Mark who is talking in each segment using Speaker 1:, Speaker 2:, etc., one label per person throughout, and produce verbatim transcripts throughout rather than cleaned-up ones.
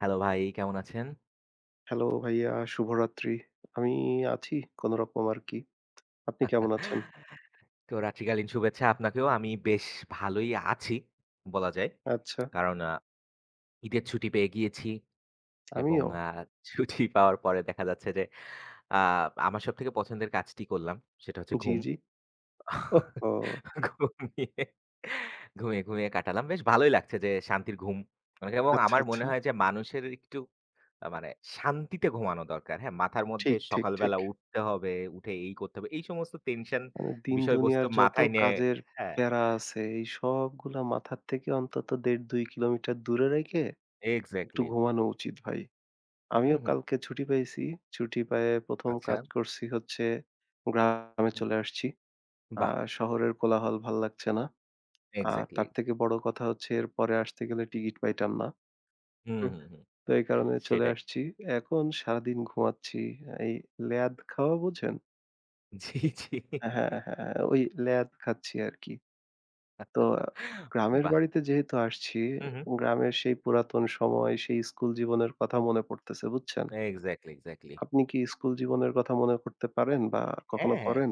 Speaker 1: Hello ভাই, কেমন আছেন?
Speaker 2: হ্যালো ভাইয়া, শুভরাত্রি। আমি আছি কোনরকম আরকি। আপনি কেমন আছেন?
Speaker 1: তো রাত্রিকালীন শুভেচ্ছা আপনাকেও। আমি বেশ ভালোই আছি বলা যায়।
Speaker 2: আচ্ছা,
Speaker 1: কারণ আ ঈদের ছুটি পেয়ে গিয়েছি এবং
Speaker 2: আমিও।
Speaker 1: আ ছুটি পাওয়ার পরে দেখা যাচ্ছে যে আ আমার সবথেকে পছন্দের কাজটি করলাম। সেটা হচ্ছে
Speaker 2: জি,
Speaker 1: ঘুম।
Speaker 2: জি। ওহহো!
Speaker 1: ঘুমিয়ে, ঘুমিয়ে, ঘুমিয়ে কাটালাম। বেশ ভালোই লাগছে যে শান্তির ঘুম। মানে এবং
Speaker 2: আচ্ছা,
Speaker 1: আমার মনে
Speaker 2: আচ্ছা।
Speaker 1: হয় যে মানুষের একটু আ মানে শান্তিতে ঘুমানো দরকার। হ্যাঁ? মাথার মধ্যে
Speaker 2: ঠিক, ঠিক, ঠিক।
Speaker 1: সকালবেলা উঠতে হবে, উঠে এই করতে হবে। এই সমস্ত টেনশন
Speaker 2: মানে দিন-দুনিয়ার
Speaker 1: বিষয়বস্তু
Speaker 2: যত
Speaker 1: মাথায় নিয়ে
Speaker 2: কাজের
Speaker 1: হ্যাঁ।
Speaker 2: প্যারা আছে এই সবগুলা মাথার থেকে অন্তত এক দশমিক পাঁচ-দুই কিলোমিটার দূরে রেখে একটু
Speaker 1: এক্সাক্টলি।
Speaker 2: ঘুমানো উচিত ভাই।
Speaker 1: হুম,
Speaker 2: আমিও
Speaker 1: হুম।
Speaker 2: কালকে ছুটি পাইছি। ছুটি পেয়ে ১ম
Speaker 1: আচ্ছা।
Speaker 2: কাজ করছি হচ্ছে গ্রামে
Speaker 1: হুম।
Speaker 2: চলে আসছি। আ
Speaker 1: বাহ!
Speaker 2: শহরের কোলাহল ভাল লাগছে না। আ
Speaker 1: এক্সাক্টলি,
Speaker 2: তার
Speaker 1: এক্সাক্টলি।
Speaker 2: থেকে বড় কথা হচ্ছে এরপরে আসতে গেলে টিকিট পাইতাম না।
Speaker 1: হুম,
Speaker 2: হুম,
Speaker 1: হুম, হুম।
Speaker 2: তো এই কারণে চলে
Speaker 1: সেটাই।
Speaker 2: আসছি। এখন সারাদিন ঘুমাচ্ছি। এই ল্যাদ খাওয়া বোঝেন?
Speaker 1: জি, জি।
Speaker 2: হ্যাঁ, হ্যাঁ, ওই ল্যাদ খাচ্ছি আরকি। তো গ্রামের
Speaker 1: বাহ!
Speaker 2: বাড়িতে যেহেতু আসছি,
Speaker 1: হুম, হুম।
Speaker 2: গ্রামের সেই পুরাতন সময়, সেই স্কুল জীবনের কথা মনে পড়তেছে, বুঝছেন?
Speaker 1: Exactly, exactly.
Speaker 2: আপনি কি স্কুল জীবনের কথা মনে করতে পারেন বা কখনো
Speaker 1: হ্যাঁ, হ্যাঁ।
Speaker 2: করেন?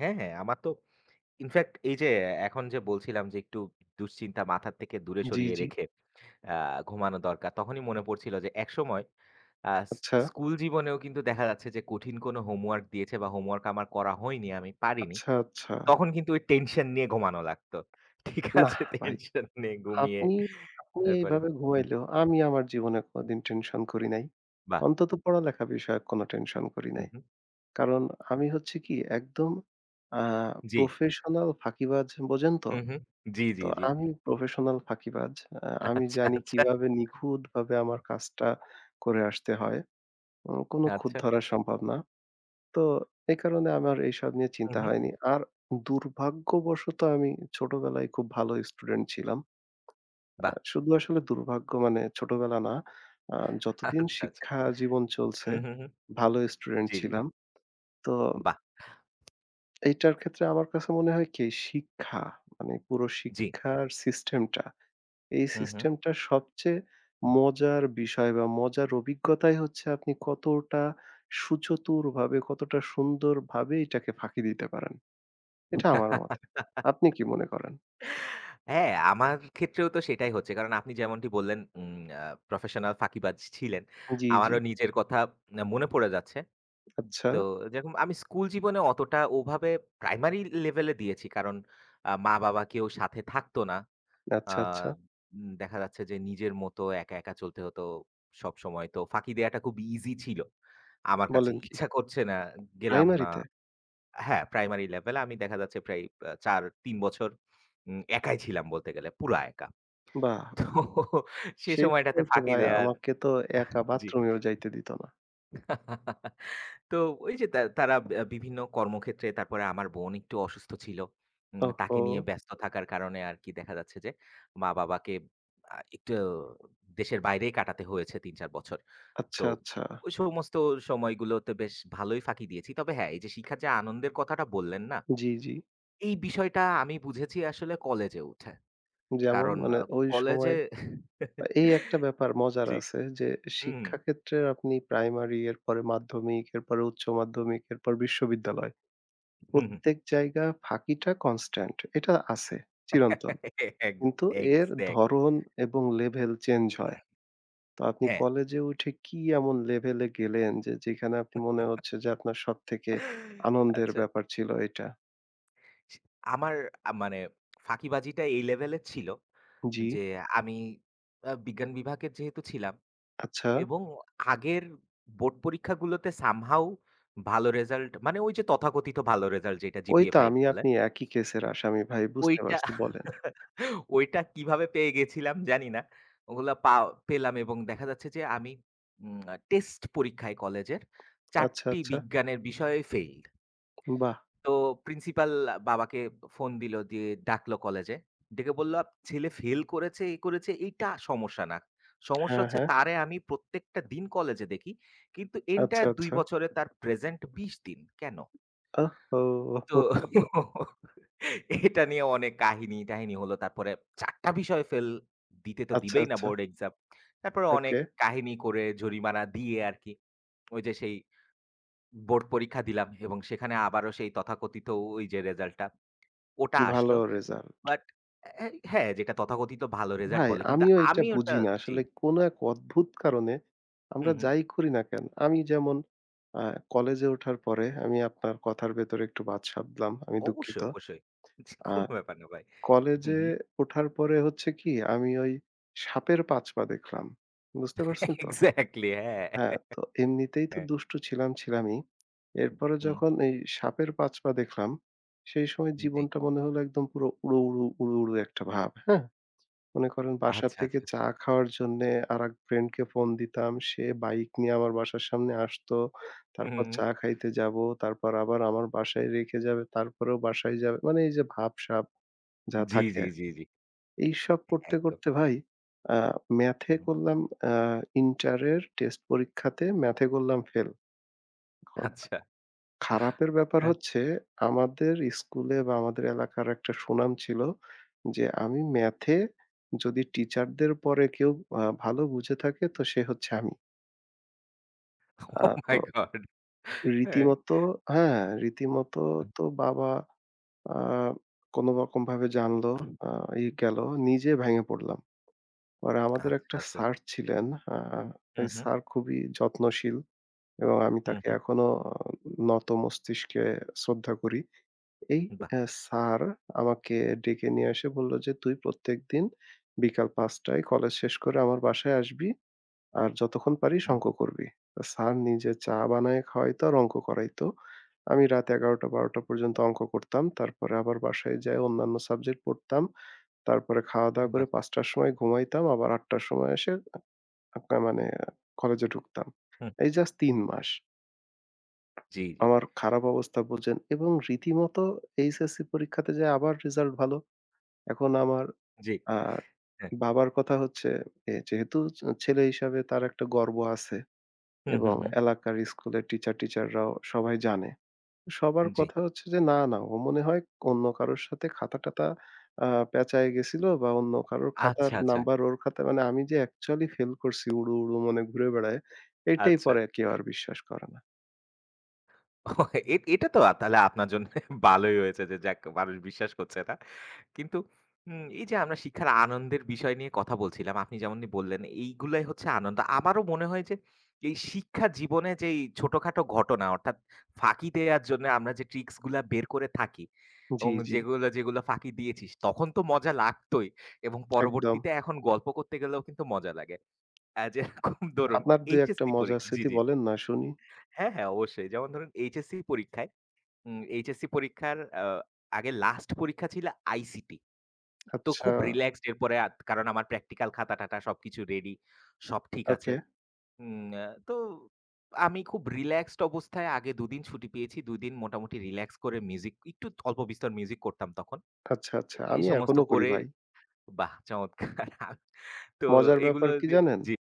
Speaker 1: হ্যাঁ, হ্যাঁ। আমার তো ইনফেক্ট এই যে এখন যে বলছিলাম যে একটু দুশ্চিন্তা মাথার থেকে দূরে
Speaker 2: জি,
Speaker 1: সরিয়ে
Speaker 2: জি।
Speaker 1: রেখে আ ঘুমানো দরকার। তখনই মনে পড়ছিল যে একসময় আ স
Speaker 2: আচ্ছা,
Speaker 1: স্কুল জীবনেও কিন্তু দেখা যাচ্ছে যে কঠিন কোনো হোমওয়ার্ক দিয়েছে বা হোমওয়ার্ক আমার করা হয়নি, আমি পারিনি।
Speaker 2: আচ্ছা, আচ্ছা।
Speaker 1: তখন কিন্তু ওই টেনশন নিয়ে ঘুমানো লাগতো। ঠিক
Speaker 2: নাহ
Speaker 1: আছে?
Speaker 2: ভাই।
Speaker 1: টেনশন নিয়ে ঘুমিয়ে
Speaker 2: আপনি, আপনি
Speaker 1: তারপরে
Speaker 2: এইভাবে
Speaker 1: হুম,
Speaker 2: ঘুমাইলেও আমি আমার জীবনে কোনোদিন টেনশন করি নাই।
Speaker 1: বাহ!
Speaker 2: অন্তত পড়ালেখা বিষয়ক কোনো টেনশন করি
Speaker 1: হুম,
Speaker 2: নাই।
Speaker 1: হুম।
Speaker 2: কারণ আমি হচ্ছে কি একদম আ
Speaker 1: জি।
Speaker 2: প্রফেশনাল ফাঁকিবাজ বোঝেন তো?
Speaker 1: হুম, হুম। জি, জি,
Speaker 2: তো
Speaker 1: জি।
Speaker 2: আমি প্রফেশনাল ফাঁকিবাজ। আ আমি
Speaker 1: আচ্ছা,
Speaker 2: জানি
Speaker 1: আচ্ছা।
Speaker 2: কিভাবে নিখুঁতভাবে আমার
Speaker 1: হুম,
Speaker 2: কাজটা করে আসতে হয়। উম কোনো খুঁত
Speaker 1: আচ্ছা।
Speaker 2: ধরা সম্ভব না। তো এই কারণে আমার এইসব নিয়ে
Speaker 1: হুম,
Speaker 2: চিন্তা
Speaker 1: হুম।
Speaker 2: হয়নি। আর দুর্ভাগ্যবশত আমি ছোটবেলায় খুব ভালো স্টুডেন্ট ছিলাম। আ
Speaker 1: বাহ!
Speaker 2: শুধু আসলে দুর্ভাগ্য মানে ছোটবেলা না। আ যতদিন
Speaker 1: আচ্ছা, আচ্ছা।
Speaker 2: শিক্ষা জীবন চলছে,
Speaker 1: হুম, হুম, হুম।
Speaker 2: ভালো স্টুডেন্ট
Speaker 1: জি, জি।
Speaker 2: ছিলাম। তো
Speaker 1: বাহ!
Speaker 2: এইটার ক্ষেত্রে আমার কাছে মনে হয় কি শিক্ষা মানে পুরো
Speaker 1: জি।
Speaker 2: শিক্ষার সিস্টেমটা, এই
Speaker 1: হুম, হুম।
Speaker 2: সিস্টেমটার সবচেয়ে মজার বিষয় বা মজার অভিজ্ঞতাই হচ্ছে আপনি কতটা সুচতুরভাবে, কতটা সুন্দরভাবে এটাকে ফাঁকি দিতে পারেন। এটা আমার মতে। আপনি কি মনে করেন?
Speaker 1: হ্যাঁ, আমার ক্ষেত্রেও তো সেটাই হচ্ছে। কারণ আপনি যেমনটি বললেন উম আ প্রফেশনাল ফাঁকিবাজ ছিলেন।
Speaker 2: জি, জি।
Speaker 1: আমারও নিজের কথা আ মনে পড়ে যাচ্ছে।
Speaker 2: আচ্ছা,
Speaker 1: তো যেরকম আমি স্কুল জীবনে অতটা ওভাবে প্রাইমারি লেভেলে দিয়েছি। কারণ আ মা-বাবা কেউ সাথে থাকতো না। আ
Speaker 2: আচ্ছা, আচ্ছা।
Speaker 1: উম দেখা যাচ্ছে যে নিজের মতো একা, একা চলতে হতো সবসময়। তো ফাঁকি দেয়াটা খুব ইজি ছিল। আমার কাছে
Speaker 2: বলেন কি?
Speaker 1: ইচ্ছা করছে না, গেলাম না।
Speaker 2: প্রাইমারিতে?
Speaker 1: হ্যাঁ, প্রাইমারি লেভেলে আমি দেখা যাচ্ছে প্রায় আ চার তিন বছর উম একাই ছিলাম বলতে গেলে, পুরা একা।
Speaker 2: বাহ!
Speaker 1: তো
Speaker 2: বাহ!
Speaker 1: সে সময়টাতে
Speaker 2: সেইটাই তো
Speaker 1: ফাঁকি
Speaker 2: ভাই
Speaker 1: দেয়ার
Speaker 2: আমাকে তো একা বাথরুমেও যাইতে দিত না।
Speaker 1: জি। তো ওই যে তা তারা আ বিভিন্ন কর্মক্ষেত্রে তারপরে আমার বোন একটু অসুস্থ ছিল। উম তাকে
Speaker 2: ওহহো!
Speaker 1: নিয়ে ব্যস্ত থাকার কারণে আরকি দেখা যাচ্ছে যে মা-বাবাকে আ একটু দেশের বাইরেই কাটাতে হয়েছে তিন চার বছর। তো
Speaker 2: আচ্ছা, আচ্ছা।
Speaker 1: ওই সমস্ত সময়গুলোতে বেশ ভালোই ফাঁকি দিয়েছি। তবে হ্যাঁ, এই যে শিক্ষার যে আনন্দের কথাটা বললেন না?
Speaker 2: জি, জি।
Speaker 1: এই বিষয়টা আমি বুঝেছি আসলে কলেজে উঠে।
Speaker 2: যেমন
Speaker 1: কারণ
Speaker 2: মানে
Speaker 1: আ
Speaker 2: ওই সময়
Speaker 1: কলেজে
Speaker 2: এই একটা ব্যাপার মজার
Speaker 1: জি।
Speaker 2: আছে যে
Speaker 1: হুম, হুম।
Speaker 2: শিক্ষাক্ষেত্রে আপনি প্রাইমারি এরপরে মাধ্যমিক, এরপরে উচ্চ মাধ্যমিক, এরপর বিশ্ববিদ্যালয়। প্রত্যেক জায়গা ফাঁকিটা কনস্ট্যান্ট। এটা আছে চিরন্তন।
Speaker 1: হুম, হুম। এক
Speaker 2: কিন্তু এর
Speaker 1: এক্সাক্টলি।
Speaker 2: ধরন এবং লেভেল চেঞ্জ হয়। তো আপনি
Speaker 1: হ্যাঁ।
Speaker 2: কলেজে উঠে কি এমন লেভেলে গেলেন যে যেখানে আপনি মনে হচ্ছে যে আপনার সবথেকে আনন্দের
Speaker 1: আচ্ছা।
Speaker 2: ব্যাপার ছিল এটা?
Speaker 1: সে আমার আ মানে ফাঁকিবাজিটা এই লেভেলের ছিল
Speaker 2: জি,
Speaker 1: যে আমি আ বিজ্ঞান বিভাগের যেহেতু ছিলাম
Speaker 2: আচ্ছা।
Speaker 1: এবং আগের বোর্ড পরীক্ষাগুলোতে সামহাউ ভালো রেজাল্ট মানে ওই যে তথাকথিত ভালো রেজাল্ট যেটা
Speaker 2: ওই
Speaker 1: জিপিএ
Speaker 2: তো
Speaker 1: পাঁচ
Speaker 2: আমি
Speaker 1: বলে
Speaker 2: আপনি একই কেসের আসামি ভাই বুঝতে
Speaker 1: ওইটা
Speaker 2: পারছি বলেন।
Speaker 1: ওইটা কিভাবে পেয়ে গেছিলাম জানি না। ওগুলা পা পেলাম এবং দেখা যাচ্ছে যে আমি উম টেস্ট পরীক্ষায় কলেজের চার
Speaker 2: আচ্ছা,
Speaker 1: টি
Speaker 2: আচ্ছা।
Speaker 1: বিজ্ঞানের বিষয়ে ফেইল।
Speaker 2: বাহ!
Speaker 1: তো প্রিন্সিপাল বাবাকে ফোন দিল, দিয়ে ডাকলো কলেজে। ডেকে বলল, "আপ ছেলে ফেল করেছে, এই করেছে, এইটা সমস্যা না। সমস্যা
Speaker 2: হ্যাঁ,
Speaker 1: হচ্ছে
Speaker 2: হ্যাঁ।
Speaker 1: তারে আমি প্রত্যেকটা দিন কলেজে দেখি। কিন্তু
Speaker 2: আচ্ছা,
Speaker 1: এন্টায়ার দুই
Speaker 2: আচ্ছা।
Speaker 1: বছরে তার প্রেজেন্ট বিশ দিন। কেন?" তো
Speaker 2: ওহহো!
Speaker 1: এটা নিয়ে অনেক কাহিনী-টাহিনী হলো। তারপরে চার টা বিষয়ে ফেল দিতে তো
Speaker 2: আচ্ছা,
Speaker 1: দিবেই না
Speaker 2: আচ্ছা।
Speaker 1: Board exam. তারপরে অনেক
Speaker 2: ওকে।
Speaker 1: কাহিনী করে জরিমানা দিয়ে আরকি ওই যে সেই বোর্ড পরীক্ষা দিলাম এবং সেখানে আবারও সেই তথাকথিত ওই যে রেজাল্টটা ওটা
Speaker 2: ভালো
Speaker 1: আসলো।
Speaker 2: রেজাল্ট।
Speaker 1: বাট অ্যা হ্যাঁ, যেটা তথাকথিত ভালো রেজাল্ট
Speaker 2: ভাই,
Speaker 1: বলে। কিন্তু
Speaker 2: আমিও এটা
Speaker 1: আমি ওটা
Speaker 2: বুঝি না।
Speaker 1: জি।
Speaker 2: আসলে কোনো এক অদ্ভুত কারণে আমরা
Speaker 1: হুম, হুম।
Speaker 2: যাই করি না কেন, আমি যেমন আ কলেজে ওঠার পরে আমি আপনার কথার ভেতরে একটু বাদ সাধলাম। আমি দুঃখিত।
Speaker 1: অবশ্যই, অবশ্যই। জি,
Speaker 2: আ
Speaker 1: কোনো ব্যাপার না ভাই। হুম,
Speaker 2: কলেজে
Speaker 1: হুম।
Speaker 2: ওঠার পরে হচ্ছে কি আমি ওই সাপের পাঁচ পা দেখলাম। বুঝতে পারছেন তো?
Speaker 1: এক্সাক্টলি হ্যাঁ,
Speaker 2: হ্যাঁ, তো এমনিতেই তো
Speaker 1: হ্যাঁ।
Speaker 2: দুষ্টু ছিলাম, ছিলামই। এরপরে
Speaker 1: হুম,
Speaker 2: যখন এই সাপের পাঁচ পা দেখলাম, সেই সময়
Speaker 1: জি।
Speaker 2: জীবনটা মনে হলো একদম পুরো উড়ু, উড়ু, উড়ু, উড়ু একটা ভাব। হ্যাঁ? মনে করেন বাসা
Speaker 1: আচ্ছা,
Speaker 2: থেকে
Speaker 1: আচ্ছা।
Speaker 2: চা খাওয়ার জন্যে আরেক ফ্রেন্ডকে ফোন দিতাম। সে বাইক নিয়ে আমার বাসার সামনে আসতো।
Speaker 1: হুম,
Speaker 2: তারপর
Speaker 1: হুম,
Speaker 2: চা
Speaker 1: হুম।
Speaker 2: খাইতে যাবো। তারপর আবার আমার বাসায় রেখে যাবে। তারপরেও বাসায় যাবে। মানে এই যে ভাবসাব যা
Speaker 1: জি,
Speaker 2: থাকে
Speaker 1: জি,
Speaker 2: আরকি।
Speaker 1: জি, জি।
Speaker 2: এইসব করতে,
Speaker 1: একদম।
Speaker 2: করতে ভাই আ ম্যাথে
Speaker 1: হুম, হুম।
Speaker 2: করলাম আ ইন্টারের টেস্ট পরীক্ষাতে ম্যাথে করলাম ফেল। এখন
Speaker 1: আচ্ছা।
Speaker 2: খারাপের ব্যাপার
Speaker 1: হ্যাঁ।
Speaker 2: হচ্ছে আমাদের স্কুলে বা আমাদের এলাকার একটা সুনাম ছিল যে আমি ম্যাথে যদি টিচারদের পরে কেউ আ ভালো বুঝে থাকে তো সে হচ্ছে আমি। আ
Speaker 1: ওহ
Speaker 2: তো
Speaker 1: মাই গড! হ্যাঁ।
Speaker 2: রীতিমতো হ্যাঁ, রীতিমতো তো বাবা আ কোনো রকমভাবে জানলো আ ই গেল। নিজে ভেঙে পড়লাম। পরে আমাদের
Speaker 1: আচ্ছা,
Speaker 2: একটা
Speaker 1: আচ্ছা।
Speaker 2: স্যার ছিলেন। আ এই
Speaker 1: হুম, হুম,
Speaker 2: স্যার খুবই যত্নশীল এবং আমি
Speaker 1: হুম,
Speaker 2: তাকে
Speaker 1: হুম।
Speaker 2: এখনো আহ, নত মস্তিষ্কে শ্রদ্ধা করি। এই
Speaker 1: বাহ!
Speaker 2: অ্যা স্যার আমাকে ডেকে নিয়ে এসে বলল যে, "তুই প্রত্যেকদিন বিকাল পাঁচ টায় কলেজ শেষ করে আমার বাসায় আসবি। আর যতক্ষণ পারিস
Speaker 1: হুম,
Speaker 2: অঙ্ক করবি।" তো স্যার নিজে চা বানায় খাওয়াইতো আর অঙ্ক করাইতো। আমি রাত এগারো থেকে বারো পর্যন্ত অঙ্ক করতাম। তারপরে আবার বাসায় যাই অন্যান্য সাবজেক্ট পড়তাম। তারপরে খাওয়া-দাওয়া করে
Speaker 1: বাহ!
Speaker 2: পাঁচ টার সময় ঘুমাইতাম। আবার আট টার সময় এসে আ আ মানে কলেজে ঢুকতাম।
Speaker 1: হুম।
Speaker 2: এই জাস্ট তিন মাস।
Speaker 1: জি, জি,
Speaker 2: আমার খারাপ অবস্থা বোঝেন এবং রীতিমতো এইচএসসি পরীক্ষাতে যে আবার রেজাল্ট ভালো। এখন আমার
Speaker 1: জি।
Speaker 2: আ
Speaker 1: হ্যাঁ।
Speaker 2: বাবার কথা হচ্ছে এ যেহেতু ছে ছেলে হিসাবে তার একটা গর্ব আছে
Speaker 1: হুম,
Speaker 2: এবং
Speaker 1: হুম, হুম।
Speaker 2: এলাকার স্কুলের টিচার টিচাররাও সবাই জানে। সবার
Speaker 1: জি।
Speaker 2: কথা হচ্ছে যে না, না ও মনে হয় অন্য কারোর সাথে খাতা-টাতা আ পেঁচায় গেছিল বা অন্য কারোর খাতার
Speaker 1: আচ্ছা, আচ্ছা,
Speaker 2: নাম্বার ওর খাতায় মানে আমি যে অ্যাকচুয়ালি ফেল করছি উড়ু, উড়ু মনে ঘুরে বেড়ায় এইটাই
Speaker 1: আচ্ছা।
Speaker 2: পরে কেউ আর বিশ্বাস করে না।
Speaker 1: এ এটা তো আ তাহলে আপনার জন্য ভালোই হয়েছে যে যাক মানুষ বিশ্বাস করছে না। কিন্তু উম এই যে আমরা শিক্ষার আনন্দের বিষয় নিয়ে কথা বলছিলাম, আপনি যেমনটি বললেন এইগুলাই হচ্ছে আনন্দ। আমারও মনে হয় যে এই শিক্ষা জীবনে যেই ছোটখাটো ঘটনা অর্থাৎ ফাঁকি দেয়ার জন্য আমরা যে ট্রিকস গুলা বের করে থাকি
Speaker 2: জি,
Speaker 1: এবং
Speaker 2: জি,
Speaker 1: যেগুলো, যেগুলো ফাঁকি দিয়েছিস তখন তো মজা লাগতই এবং
Speaker 2: একদম।
Speaker 1: পরবর্তীতে এখন গল্প করতে গেলেও কিন্তু মজা লাগে। আ যেরকম ধরুন
Speaker 2: আপনার দুই এক টা
Speaker 1: এইচএসসি
Speaker 2: মজার
Speaker 1: পরীক্ষা জি,
Speaker 2: স্মৃতি
Speaker 1: জি।
Speaker 2: বলেন না শুনি।
Speaker 1: হ্যাঁ, হ্যাঁ অবশ্যই। যেমন ধরুন এইচএসসি পরীক্ষায় উম এইচএসসি পরীক্ষার আ আগে লাস্ট পরীক্ষা ছিল আইসিটি। তো
Speaker 2: আচ্ছা,
Speaker 1: খুব রিল্যাক্সড এরপরে আত কারণ আমার প্র্যাকটিক্যাল খাতা-টাতা সবকিছু রেডি। সব ঠিক আছে।
Speaker 2: ওকে।
Speaker 1: উম আ তো আমি খুব রিল্যাক্সড অবস্থায় আগে দুই দিন ছুটি পেয়েছি। দুই দিন মোটামুটি রিল্যাক্স করে মিউজিক একটু অল্প বিস্তর মিউজিক করতাম তখন।
Speaker 2: আচ্ছা,
Speaker 1: এ
Speaker 2: আচ্ছা।
Speaker 1: এই
Speaker 2: আমি
Speaker 1: সমস্ত
Speaker 2: এখনো করি
Speaker 1: করে
Speaker 2: ভাই।
Speaker 1: বাহ! চমৎকার! তো
Speaker 2: মজার ব্যাপার
Speaker 1: এগুলো
Speaker 2: কি
Speaker 1: যে
Speaker 2: জানেন?
Speaker 1: জি।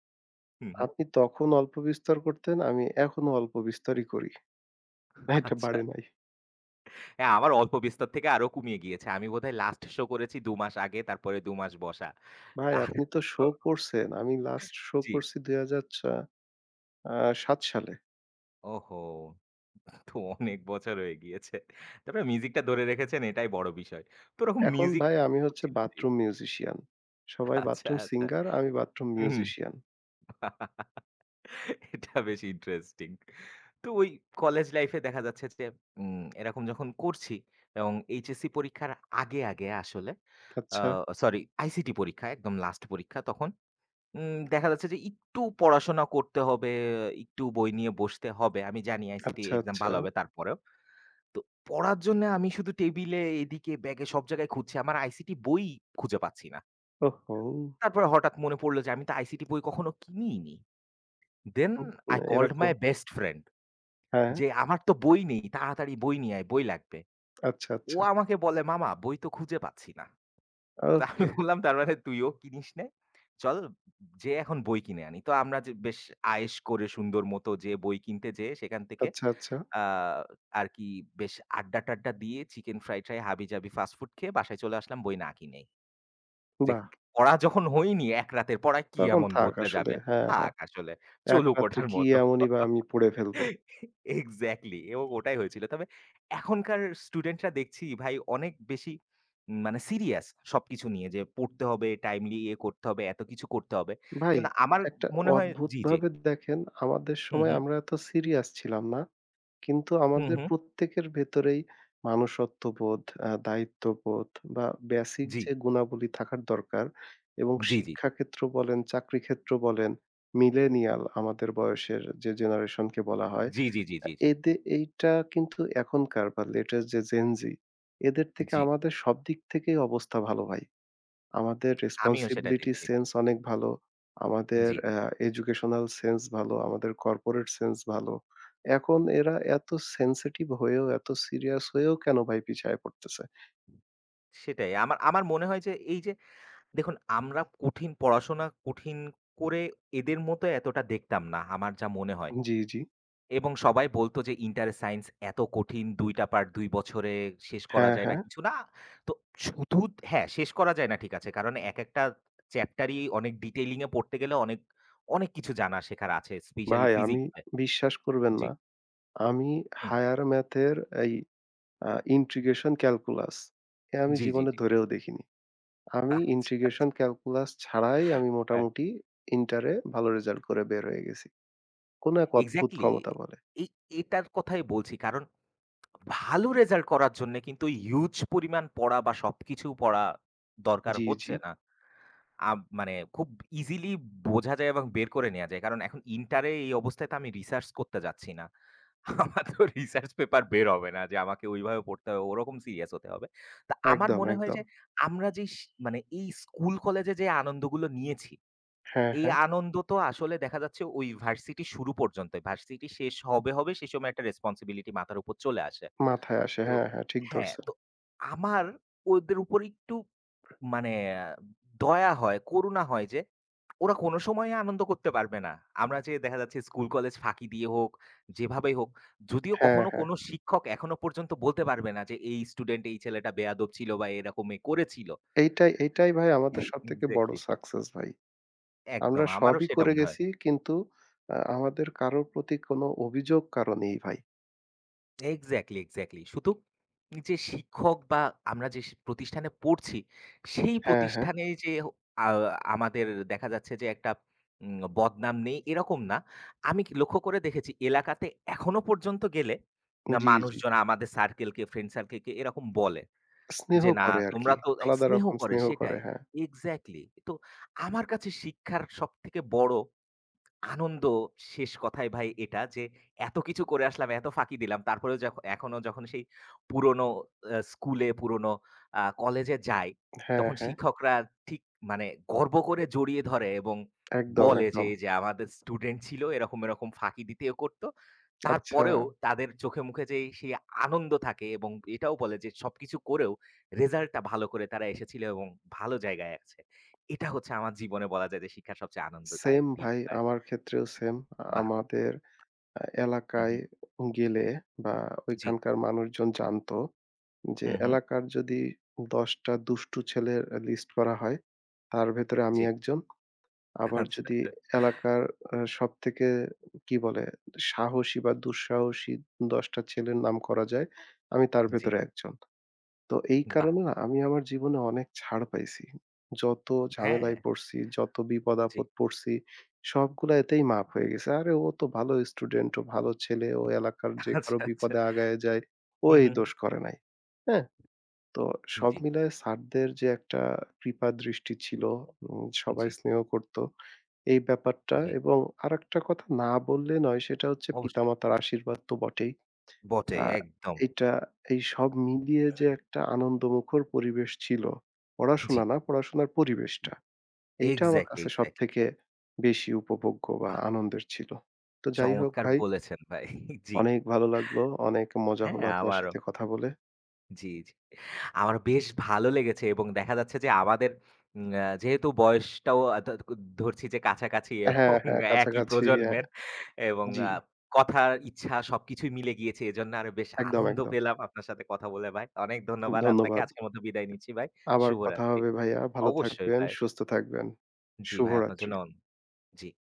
Speaker 1: হু, হু।
Speaker 2: আপনি তখন অল্প বিস্তর করতেন, আমি এখনো অল্প বিস্তরই করি।
Speaker 1: আচ্ছা।
Speaker 2: এটা
Speaker 1: আচ্ছা।
Speaker 2: বাড়ে নাই।
Speaker 1: হ্যাঁ, আমার অল্প বিস্তর থেকে আরো কমিয়ে গিয়েছে। আমি বোধহয় লাস্ট শো করেছি দুই মাস আগে, তারপরে দুই মাস বসা।
Speaker 2: ভাই
Speaker 1: আর
Speaker 2: আপনি তো শো
Speaker 1: ও
Speaker 2: করছেন। আমি লাস্ট শো
Speaker 1: জি।
Speaker 2: করছি দুই হাজার চা আ সাত সালে।
Speaker 1: ওহো! তো অনেক বছর হয়ে গিয়েছে। তারপরে মিউজিকটা ধরে রেখেছেন এটাই বড় বিষয়। তো ওরকম
Speaker 2: এখন
Speaker 1: মিউজিক
Speaker 2: ভাই আমি হচ্ছে
Speaker 1: খুঁজছিলাম জি।
Speaker 2: Bathroom musician. সবাই
Speaker 1: আচ্ছা,
Speaker 2: বাথরুম
Speaker 1: আচ্ছা।
Speaker 2: সিঙ্গার, আমি বাথরুম
Speaker 1: হুম।
Speaker 2: মিউজিশিয়ান।
Speaker 1: এটা বেশ ইন্টারেস্টিং। তো ওই কলেজ লাইফে দেখা যাচ্ছে যে উম এরকম যখন করছি এবং এইচএসসি পরীক্ষার আগে, আগে আসলে আ
Speaker 2: আচ্ছা,
Speaker 1: সরি আইসিটি পরীক্ষা একদম লাস্ট পরীক্ষা তখন উম দেখা যাচ্ছে যে একটু পড়াশোনা করতে হবে, একটু বই নিয়ে বসতে হবে। আমি জানি আইসিটি
Speaker 2: আচ্ছা,
Speaker 1: এক্সাম
Speaker 2: আচ্ছা।
Speaker 1: ভালো হবে তারপরেও। তো পড়ার জন্য আমি শুধু টেবিলে এদিকে ব্যাগে সব জায়গায় খুঁজছি। আমার আইসিটি বই খুঁজে পাচ্ছি না।
Speaker 2: ওহহো!
Speaker 1: তারপরে হঠাৎ মনে পড়ল যে আমি তো আইসিটি বই কখনো কিনিইনি। দেন
Speaker 2: হুম,
Speaker 1: আই কল্ড
Speaker 2: এরকম
Speaker 1: মাই বেস্ট ফ্রেন্ড
Speaker 2: হ্যাঁ,
Speaker 1: যে আমার তো বই নেই তাড়াতাড়ি বই নিয়ে আয় বই লাগবে।
Speaker 2: আচ্ছা,
Speaker 1: ও
Speaker 2: আচ্ছা।
Speaker 1: আমাকে বলে মামা বই তো খুঁজে পাচ্ছি না। তো আমি
Speaker 2: ওকে।
Speaker 1: বললাম তার মানে তুইও কিনিস নাই। চল যেয়ে এখন বই কিনে আনি। তো আমরা যে বেশ আয়েশ করে সুন্দর মতো যেয়ে বই কিনতে যেয়ে সেখান থেকে
Speaker 2: আচ্ছা, আচ্ছা।
Speaker 1: আ আর কি বেশ আড্ডা-টাড্ডা দিয়ে চিকেন ফ্রাই-ট্রাই হাবি-জাবি ফাস্টফুড খেয়ে বাসায় চলে আসলাম বই না কিনেই। যে
Speaker 2: বাহ!
Speaker 1: পড়া যখন হয়নি এক রাতের পড়ায় কি
Speaker 2: তখন
Speaker 1: এমন
Speaker 2: থাক
Speaker 1: বদলে
Speaker 2: আসলে।
Speaker 1: যাবে?
Speaker 2: হ্যাঁ, হ্যাঁ।
Speaker 1: থাক আসলে
Speaker 2: এক
Speaker 1: চলুক
Speaker 2: রাত্রে
Speaker 1: ওঠার
Speaker 2: কি
Speaker 1: মতো।
Speaker 2: এমনই বা আমি পড়ে ফেলবো।
Speaker 1: এক্সাক্টলি এবং ওটাই হয়েছিল। তবে এখনকার স্টুডেন্টরা দেখছি ভাই অনেক বেশি উম, মানে সিরিয়াস সবকিছু নিয়ে যে পড়তে হবে, টাইমলি ইয়ে করতে হবে, এত কিছু করতে হবে।
Speaker 2: ভাই
Speaker 1: কিন্তু আমার
Speaker 2: একটা
Speaker 1: মনে হয় জি, জি।
Speaker 2: অদ্ভুতভাবে দেখেন আমাদের
Speaker 1: হুম,
Speaker 2: সময়
Speaker 1: হুম,
Speaker 2: আমরা এত সিরিয়াস ছিলাম না। কিন্তু
Speaker 1: হুম,
Speaker 2: আমাদের
Speaker 1: হুম।
Speaker 2: প্রত্যেকের ভেতরেই মানুষত্ববোধ, আ দায়িত্ববোধ বা বেসিক
Speaker 1: জি,
Speaker 2: যে গুণাবলী থাকার দরকার এবং
Speaker 1: জি, জি, জি।
Speaker 2: শিক্ষাক্ষেত্র বলেন, চাকরি ক্ষেত্র বলেন, মিলেনিয়াল আমাদের বয়সের যে জেনারেশনকে বলা হয়
Speaker 1: জি, জি, জি, জি, জি,
Speaker 2: এদে এইটা কিন্তু এখনকার বা লেটেস্ট যে Gen Z এদের থেকে
Speaker 1: জি।
Speaker 2: আমাদের সব দিক থেকেই অবস্থা ভালো ভাই। আমাদের
Speaker 1: আমিও সেটা
Speaker 2: রেসপনসিবিলিটি
Speaker 1: দেখছি।
Speaker 2: সেন্স অনেক ভালো। আমাদের
Speaker 1: জি,
Speaker 2: আ এডুকেশনাল সেন্স ভালো, আমাদের কর্পোরেট সেন্স ভালো। এখন এরা এত সেনসিটিভ হয়েও, এত সিরিয়াস হয়েও কেন ভাই পিছায় পড়তেছে?
Speaker 1: সেটাই। আমার আমার মনে হয় যে এই যে দেখুন আমরা কঠিন পড়াশোনা কঠিন করে এদের মতো এতটা দেখতাম না আমার যা মনে হয়।
Speaker 2: জি, জি।
Speaker 1: এবং সবাই বলত যে, "ইন্টার সায়েন্স এত কঠিন দুই টা পার্ট দুই বছরে শেষ করা
Speaker 2: হ্যাঁ,
Speaker 1: যায়
Speaker 2: হ্যাঁ।
Speaker 1: না, কিছু না।" তো শুধু হ্যাঁ, শেষ করা যায় না ঠিক আছে। কারণ একেকটা চ্যাপ্টারই অনেক ডিটেইলিং এ পড়তে গেলে অনেক, অনেক কিছু জানা শেখার আছে। স্পেশালি
Speaker 2: ভাই আমি
Speaker 1: ফিজিক্সে।
Speaker 2: বিশ্বাস করবেন
Speaker 1: জি,
Speaker 2: না। আমি
Speaker 1: হুম,
Speaker 2: হায়ার ম্যাথের এই আ ইন্টিগ্রেশন ক্যালকুলাস এ আমি
Speaker 1: জি, জি,
Speaker 2: জীবনে
Speaker 1: জি।
Speaker 2: ধরেও দেখিনি। আমি
Speaker 1: আচ্ছা,
Speaker 2: ইন্টিগ্রেশন
Speaker 1: আচ্ছা।
Speaker 2: ক্যালকুলাস ছাড়াই আমি
Speaker 1: হ্যাঁ,
Speaker 2: মোটামুটি ইন্টারে ভালো রেজাল্ট করে বের হয়ে গেছি। কোনো এক অদ্ভুত
Speaker 1: এক্সাক্টলি।
Speaker 2: ক্ষমতা বলে।
Speaker 1: এই এটার কথাই বলছি। কারণ ভালো রেজাল্ট করার জন্যে কিন্তু হিউজ পরিমাণ পড়া বা সবকিছু পড়া দরকার
Speaker 2: জি, জি।
Speaker 1: হচ্ছে না। আব মানে খুব ইজিলি বোঝা যায় এবং বের করে নেয়া যায়। কারণ এখন ইন্টারে এই অবস্থায় তো আমি রিসার্চ করতে যাচ্ছি না। আমার তো রিসার্চ পেপার বের হবে না যে আমাকে ওইভাবে পড়তে হবে, ওরকম সিরিয়াস হতে হবে। তা আমার
Speaker 2: একদম,
Speaker 1: মনে হয়
Speaker 2: একদম।
Speaker 1: যে আমরা যে স মানে এই স্কুল কলেজে যে আনন্দগুলো নিয়েছি,
Speaker 2: হ্যাঁ,
Speaker 1: এই
Speaker 2: হ্যাঁ।
Speaker 1: আনন্দ তো আসলে দেখা যাচ্ছে ওই ভার্সিটি শুরু পর্যন্তই। ভার্সিটি শেষ হবে, হবে সে সময় একটা রেসপনসিবিলিটি মাথার উপর চলে আসে।
Speaker 2: মাথায় আসে।
Speaker 1: তো
Speaker 2: হ্যাঁ, হ্যাঁ ঠিক
Speaker 1: হ্যাঁ,
Speaker 2: ধরছেন।
Speaker 1: তো আমার ওদের উপর একটু মানে দয়া হয়, করুণা হয় যে ওরা কোনো সময়ে আনন্দ করতে পারবে না। আমরা যে দেখা যাচ্ছে স্কুল কলেজ ফাঁকি দিয়ে হোক, যেভাবেই হোক, যদিও
Speaker 2: হ্যাঁ,
Speaker 1: কখনো
Speaker 2: হ্যাঁ।
Speaker 1: কোনো শিক্ষক এখনো পর্যন্ত বলতে পারবে না যে এই স্টুডেন্ট এই ছেলেটা বেয়াদব ছিল বা এরকমই করেছিল।
Speaker 2: এইটাই, এইটাই ভাই আমাদের সবথেকে বড়
Speaker 1: এক্সাক্টলি,
Speaker 2: সাকসেস ভাই। আমরা
Speaker 1: একদম আমারও
Speaker 2: সবই
Speaker 1: সেটা
Speaker 2: করে
Speaker 1: মনে হয়।
Speaker 2: গেছি কিন্তু আ আমাদের কারো প্রতি কোনো অভিযোগ কারো নেই ভাই।
Speaker 1: Exactly, exactly. শুধু যে শিক্ষক বা আমরা যে শি- প্রতিষ্ঠানে পড়ছি, সেই
Speaker 2: হ্যাঁ, হ্যাঁ।
Speaker 1: প্রতিষ্ঠানে যে আ আমাদের দেখা যাচ্ছে যে একটা উম বদনাম নেই এরকম না। আমি কি লক্ষ্য করে দেখেছি এলাকাতে এখনো পর্যন্ত গেলে না
Speaker 2: জি, জি।
Speaker 1: মানুষজন আমাদের সার্কেলকে, ফ্রেন্ড সার্কেলকে এরকম বলে
Speaker 2: স্নেহ
Speaker 1: যে, "না
Speaker 2: করে
Speaker 1: তোমরা
Speaker 2: আরকি।
Speaker 1: তো" এই
Speaker 2: আলাদা
Speaker 1: স্নেহ
Speaker 2: রকম
Speaker 1: করে
Speaker 2: স্নেহ করে।
Speaker 1: সেটাই।
Speaker 2: হ্যাঁ।
Speaker 1: এক্সাক্টলি। তো আমার কাছে শিক্ষার সবথেকে বড় আনন্দ শেষ কথায় ভাই এটা যে এত কিছু করে আসলাম, এত ফাঁকি দিলাম। তারপরেও যখ এখনো যখন সেই পুরনো আ স্কুলে, পুরনো আ কলেজে যাই,
Speaker 2: হ্যাঁ,
Speaker 1: তখন
Speaker 2: হ্যাঁ।
Speaker 1: শিক্ষকরা ঠিক মানে গর্ব করে জড়িয়ে ধরে এবং
Speaker 2: একদম,
Speaker 1: বলে যে,
Speaker 2: একদম।
Speaker 1: "এই যে আমাদের স্টুডেন্ট ছিল, এরকম, এরকম ফাঁকি দিতেও করত।"
Speaker 2: আচ্ছা।
Speaker 1: তারপরেও তাদের চোখে মুখে যেই সেই আনন্দ থাকে এবং এটাও বলে যে সবকিছু করেও রেজাল্টটা ভালো করে তারা এসেছিল এবং ভালো জায়গায় আছে। এটা হচ্ছে আমার জীবনে বলা যায় যে শিক্ষার সবচেয়ে
Speaker 2: সেম
Speaker 1: আনন্দদায়ক দিক।
Speaker 2: ভাই আমার ক্ষেত্রেও সেম। আ
Speaker 1: বাহ!
Speaker 2: আমাদের আ
Speaker 1: হু, হু।
Speaker 2: এলাকায় গেলে বা
Speaker 1: জি।
Speaker 2: ওইখানকার মানুষজন জানতো যে
Speaker 1: হু, হু।
Speaker 2: এলাকার যদি দশ টা দুষ্টু ছেলের আ লিস্ট করা হয়, তার ভেতরে আমি
Speaker 1: জি।
Speaker 2: একজন। আবার
Speaker 1: আচ্ছা,
Speaker 2: যদি
Speaker 1: আচ্ছা।
Speaker 2: এলাকার আ সবথেকে কি বলে সাহসী বা দুঃসাহসী দশ টা ছেলের নাম করা যায়, আমি তার
Speaker 1: জি।
Speaker 2: ভেতরে একজন। তো এই
Speaker 1: বাহ!
Speaker 2: কারণে না আমি আমার জীবনে অনেক ছাড় পাইছি। যত ঝামেলায়
Speaker 1: হ্যাঁ,
Speaker 2: পড়ছি, যত
Speaker 1: জি।
Speaker 2: বিপদ-আপদ পড়ছি, সবগুলা এতেই মাপ হয়ে গেছে। আরে ও তো ভালো স্টুডেন্ট, ও ভালো ছেলে, ও এলাকার যে
Speaker 1: আচ্ছা,
Speaker 2: কারো
Speaker 1: আচ্ছা।
Speaker 2: বিপদে আগায়া যায়, ও
Speaker 1: হু,
Speaker 2: এই
Speaker 1: হু, হু।
Speaker 2: দোষ করে নাই। হ্যাঁ? তো সব
Speaker 1: জি,
Speaker 2: মিলায়ে স্যারদের যে একটা কৃপা দৃষ্টি ছিল, উম সবাই
Speaker 1: জি,
Speaker 2: স্নেহ করত, এই ব্যাপারটা
Speaker 1: জি।
Speaker 2: এবং আরেকটা কথা না বললে নয় সেটা হচ্ছে
Speaker 1: অবশ্যই।
Speaker 2: পিতামাতার আশীর্বাদ তো বটেই।
Speaker 1: বটে
Speaker 2: আ
Speaker 1: একদম।
Speaker 2: এইটা এই সব মিলিয়ে যে একটা আনন্দমুখর পরিবেশ ছিল।
Speaker 1: জি।
Speaker 2: পড়াশোনা না, পড়াশোনার পরিবেশটা। এইটা আমার
Speaker 1: এক্সাক্টলি,
Speaker 2: কাছে
Speaker 1: এক্সাক্টলি।
Speaker 2: সবথেকে বেশি উপভোগ্য বা
Speaker 1: বাহ!
Speaker 2: আনন্দের ছিল। তো যাই হোক
Speaker 1: চমৎকার
Speaker 2: ভাই,
Speaker 1: বলেছেন ভাই। জি।
Speaker 2: অনেক ভালো লাগলো। অনেক মজা
Speaker 1: হ্যাঁ,
Speaker 2: হলো আপনার
Speaker 1: আমারও।
Speaker 2: সাথে কথা বলে।
Speaker 1: জি, জি। আমার বেশ ভালো লেগেছে এবং দেখা যাচ্ছে যে আমাদের উম আ যেহেতু বয়সটাও আ ধ ধরছি যে কাছাকাছি এবং
Speaker 2: হ্যাঁ, হ্যাঁ,
Speaker 1: একই
Speaker 2: কাছাকাছি হ্যাঁ।
Speaker 1: প্রজন্মের এবং
Speaker 2: জি,
Speaker 1: আ কথার ইচ্ছা সবকিছুই মিলে গিয়েছে। এজন্য আরো বেশ
Speaker 2: একদম,
Speaker 1: আনন্দ
Speaker 2: একদম।
Speaker 1: পেলাম আপনার সাথে কথা বলে ভাই। অনেক ধন্যবাদ আপনাকে।
Speaker 2: ধন্যবাদ।
Speaker 1: আজকের মতো বিদায় নিচ্ছি ভাই।
Speaker 2: আবার কথা
Speaker 1: শুভরাত্রি।
Speaker 2: হবে ভাইয়া। ভালো
Speaker 1: অবশ্যই
Speaker 2: থাকবেন,
Speaker 1: ভাই।
Speaker 2: সুস্থ থাকবেন।
Speaker 1: জি ভাই, আপনার
Speaker 2: শুভরাত্রি।
Speaker 1: জন্য অন জি।